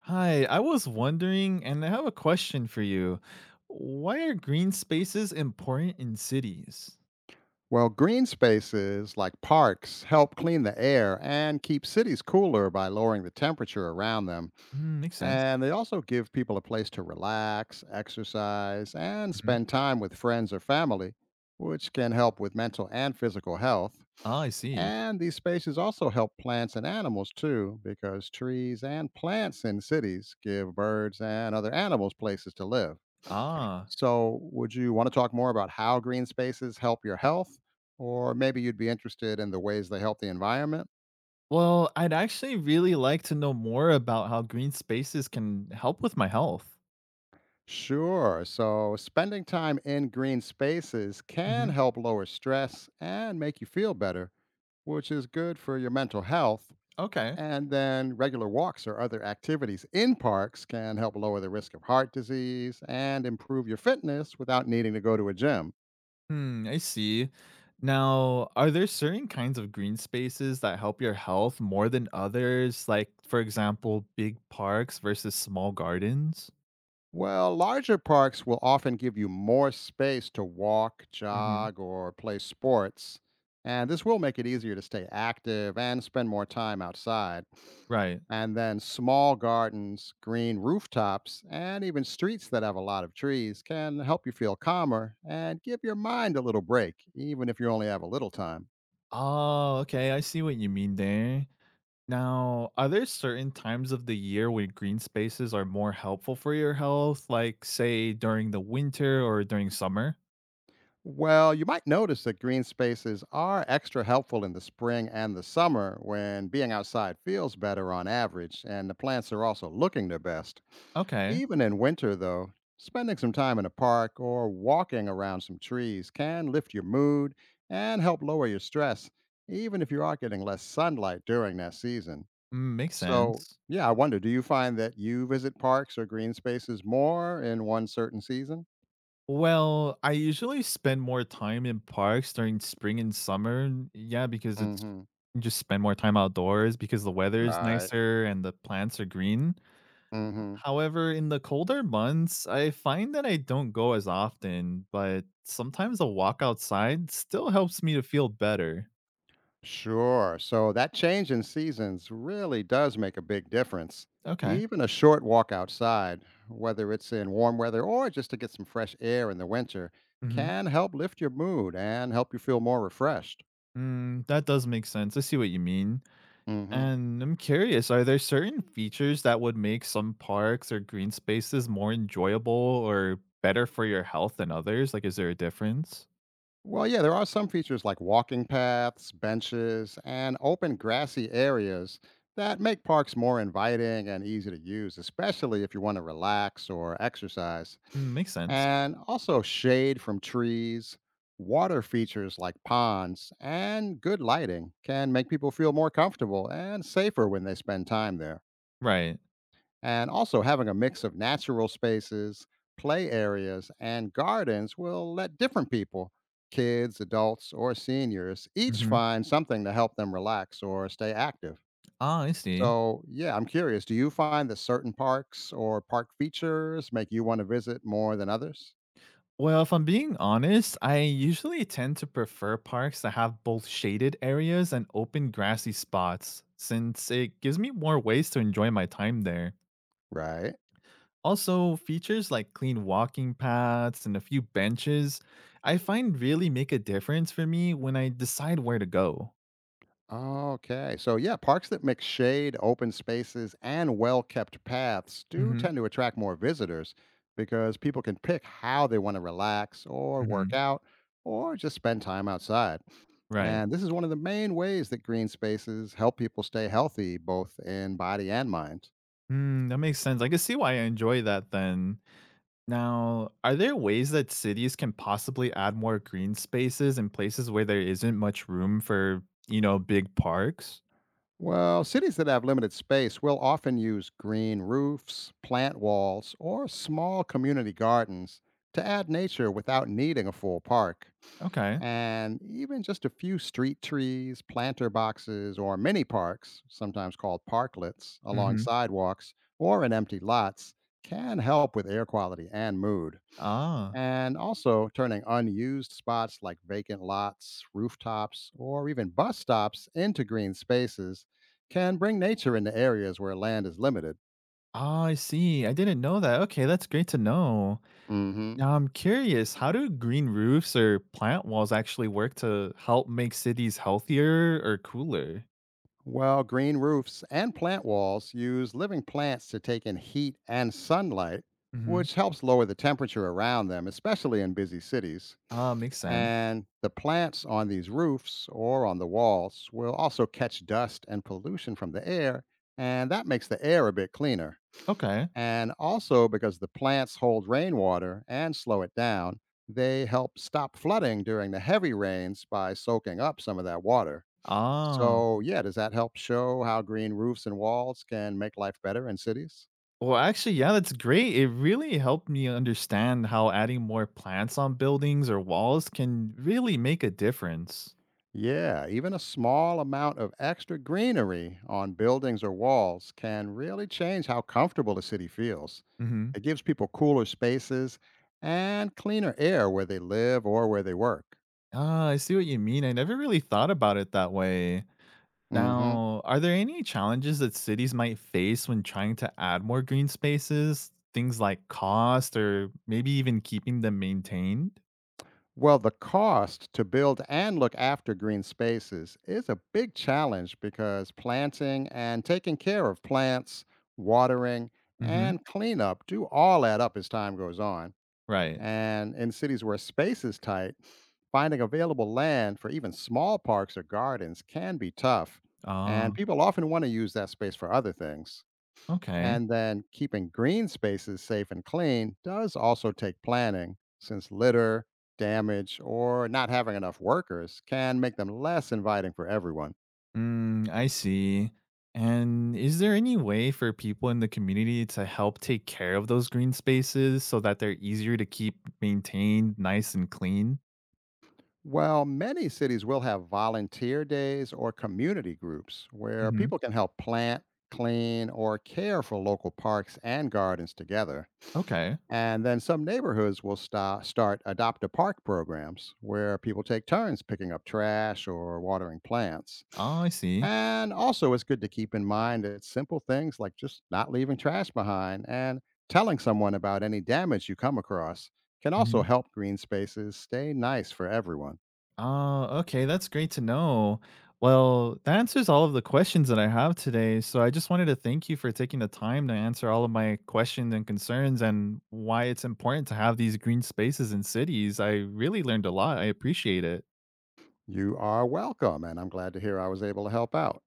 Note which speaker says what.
Speaker 1: Hi, I was wondering, and I have a question for you. Why are green spaces important in cities?
Speaker 2: Well, green spaces like parks help clean the air and keep cities cooler by lowering the temperature around them.
Speaker 1: Mm, makes sense.
Speaker 2: And they also give people a place to relax, exercise, and
Speaker 1: Hmm.
Speaker 2: spend time with friends or family, which can help with mental and physical health.
Speaker 1: Ah, I see.
Speaker 2: And these spaces also help plants and animals too, because trees and plants in cities give birds and other animals places to live.
Speaker 1: Ah,
Speaker 2: So, would you want to talk more about how green spaces help your health? Or maybe you'd be interested in the ways they help the environment?
Speaker 1: well, I'd actually really like to know more about how green spaces can help with my health.
Speaker 2: Sure. So, spending time in green spaces can
Speaker 1: Hmm.
Speaker 2: help lower stress and make you feel better, which is good for your mental health.
Speaker 1: Okay.
Speaker 2: And then, regular walks or other activities in parks can help lower the risk of heart disease and improve your fitness without needing to go to a gym.
Speaker 1: Hmm, I see. Now, are there certain kinds of green spaces that help your health more than others? Like, for example, big parks versus small gardens?
Speaker 2: Well, larger parks will often give you more space to walk,
Speaker 1: Hmm.
Speaker 2: jog, or play sports, and this will make it easier to stay active and spend more time outside.
Speaker 1: Right.
Speaker 2: And then small gardens, green rooftops, and even streets that have a lot of trees can help you feel calmer and give your mind a little break, even if you only have a little time.
Speaker 1: Oh, okay. I see what you mean there. Now, are there certain times of the year when green spaces are more helpful for your health, like say during the winter or during summer?
Speaker 2: Well, you might notice that green spaces are extra helpful in the spring and the summer when being outside feels better on average, and the plants are also looking their best.
Speaker 1: Okay.
Speaker 2: Even in winter, though, spending some time in a park or walking around some trees can lift your mood and help lower your stress, even if you are getting less sunlight during that season.
Speaker 1: Mm, makes
Speaker 2: So,
Speaker 1: sense.
Speaker 2: yeah, I wonder, do you find that you visit parks or green spaces more in one certain season?
Speaker 1: Well, I usually spend more time in parks during spring and summer. Yeah, because
Speaker 2: Mm
Speaker 1: it's
Speaker 2: hmm.
Speaker 1: you just spend more time outdoors because the weather is
Speaker 2: Right.
Speaker 1: nicer and the plants are green.
Speaker 2: Mm hmm.
Speaker 1: However, in the colder months, I find that I don't go as often, but sometimes a walk outside still helps me to feel better.
Speaker 2: Sure. So that change in seasons really does make a big difference.
Speaker 1: Okay.
Speaker 2: Even a short walk outside, whether it's in warm weather or just to get some fresh air in the winter,
Speaker 1: Hmm.
Speaker 2: can help lift your mood and help you feel more refreshed.
Speaker 1: Mm, that does make sense. I see what you mean.
Speaker 2: hmm
Speaker 1: And I'm curious, are there certain features that would make some parks or green spaces more enjoyable or better for your health than others? Like, is there a difference?
Speaker 2: Well, yeah, there are some features like walking paths, benches, and open grassy areas that make parks more inviting and easy to use, especially if you want to relax or exercise.
Speaker 1: Mm, makes sense.
Speaker 2: And also shade from trees, water features like ponds, and good lighting can make people feel more comfortable and safer when they spend time there.
Speaker 1: Right.
Speaker 2: And also, having a mix of natural spaces, play areas, and gardens will let different people, kids, adults, or seniors, each
Speaker 1: Hmm.
Speaker 2: find something to help them relax or stay active.
Speaker 1: Ah, I see.
Speaker 2: So, yeah, I'm curious, do you find that certain parks or park features make you want to visit more than others?
Speaker 1: Well, if I'm being honest, I usually tend to prefer parks that have both shaded areas and open grassy spots, since it gives me more ways to enjoy my time there.
Speaker 2: Right.
Speaker 1: Also, features like clean walking paths and a few benches, I find really make a difference for me when I decide where to go.
Speaker 2: Okay. So, yeah, parks that mix shade, open spaces, and well kept paths do
Speaker 1: Hmm.
Speaker 2: tend to attract more visitors because people can pick how they want to relax or work
Speaker 1: Hmm.
Speaker 2: out or just spend time outside.
Speaker 1: Right.
Speaker 2: And this is one of the main ways that green spaces help people stay healthy, both in body and mind.
Speaker 1: Mm, that makes sense. I can see why I enjoy that then. Now, are there ways that cities can possibly add more green spaces in places where there isn't much room for big parks?
Speaker 2: Well, cities that have limited space will often use green roofs, plant walls, or small community gardens to add nature without needing a full park.
Speaker 1: Okay.
Speaker 2: And even just a few street trees, planter boxes, or mini parks, sometimes called parklets, along
Speaker 1: Mhm.
Speaker 2: sidewalks or in empty lots can help with air quality and mood.
Speaker 1: Ah.
Speaker 2: And also turning unused spots like vacant lots, rooftops, or even bus stops into green spaces can bring nature into areas where land is limited.
Speaker 1: Ah, I see. I didn't know that. Okay, that's great to know.
Speaker 2: Mhm.
Speaker 1: Now, I'm curious, how do green roofs or plant walls actually work to help make cities healthier or cooler?
Speaker 2: Well, green roofs and plant walls use living plants to take in heat and sunlight,
Speaker 1: Mhm.
Speaker 2: which helps lower the temperature around them, especially in busy cities.
Speaker 1: Ah, makes sense.
Speaker 2: And the plants on these roofs or on the walls will also catch dust and pollution from the air, and that makes the air a bit cleaner.
Speaker 1: Okay.
Speaker 2: And also because the plants hold rainwater and slow it down, they help stop flooding during the heavy rains by soaking up some of that water.
Speaker 1: Ah.
Speaker 2: So, yeah, does that help show how green roofs and walls can make life better in cities?
Speaker 1: Well, actually, yeah, that's great. It really helped me understand how adding more plants on buildings or walls can really make a difference.
Speaker 2: Yeah, even a small amount of extra greenery on buildings or walls can really change how comfortable the city feels.
Speaker 1: Hmm.
Speaker 2: It gives people cooler spaces and cleaner air where they live or where they work.
Speaker 1: Ah, I see what you mean. I never really thought about it that way.
Speaker 2: Mhm.
Speaker 1: Now, are there any challenges that cities might face when trying to add more green spaces? Things like cost or maybe even keeping them maintained?
Speaker 2: Well, the cost to build and look after green spaces is a big challenge because planting and taking care of plants, watering,
Speaker 1: Hmm.
Speaker 2: and cleanup do all add up as time goes on.
Speaker 1: Right.
Speaker 2: And in cities where space is tight, finding available land for even small parks or gardens can be tough.
Speaker 1: Ah,
Speaker 2: And people often want to use that space for other things.
Speaker 1: okay.
Speaker 2: And then keeping green spaces safe and clean does also take planning, since litter, damage, or not having enough workers can make them less inviting for everyone.
Speaker 1: Mm, I see. And is there any way for people in the community to help take care of those green spaces so that they're easier to keep maintained, nice and clean?
Speaker 2: Well, many cities will have volunteer days or community groups where
Speaker 1: Hmm.
Speaker 2: people can help plant, clean, or care for local parks and gardens together.
Speaker 1: Okay.
Speaker 2: And then some neighborhoods will start adopt a park programs where people take turns picking up trash or watering plants.
Speaker 1: Oh, I see.
Speaker 2: And also, it's good to keep in mind that simple things like just not leaving trash behind and telling someone about any damage you come across can
Speaker 1: Hmm.
Speaker 2: also help green spaces stay nice for everyone.
Speaker 1: Oh, okay. That's great to know. Well, that answers all of the questions that I have today. So I just wanted to thank you for taking the time to answer all of my questions and concerns and why it's important to have these green spaces in cities. I really learned a lot. I appreciate it.
Speaker 2: You are welcome, and I'm glad to hear I was able to help out.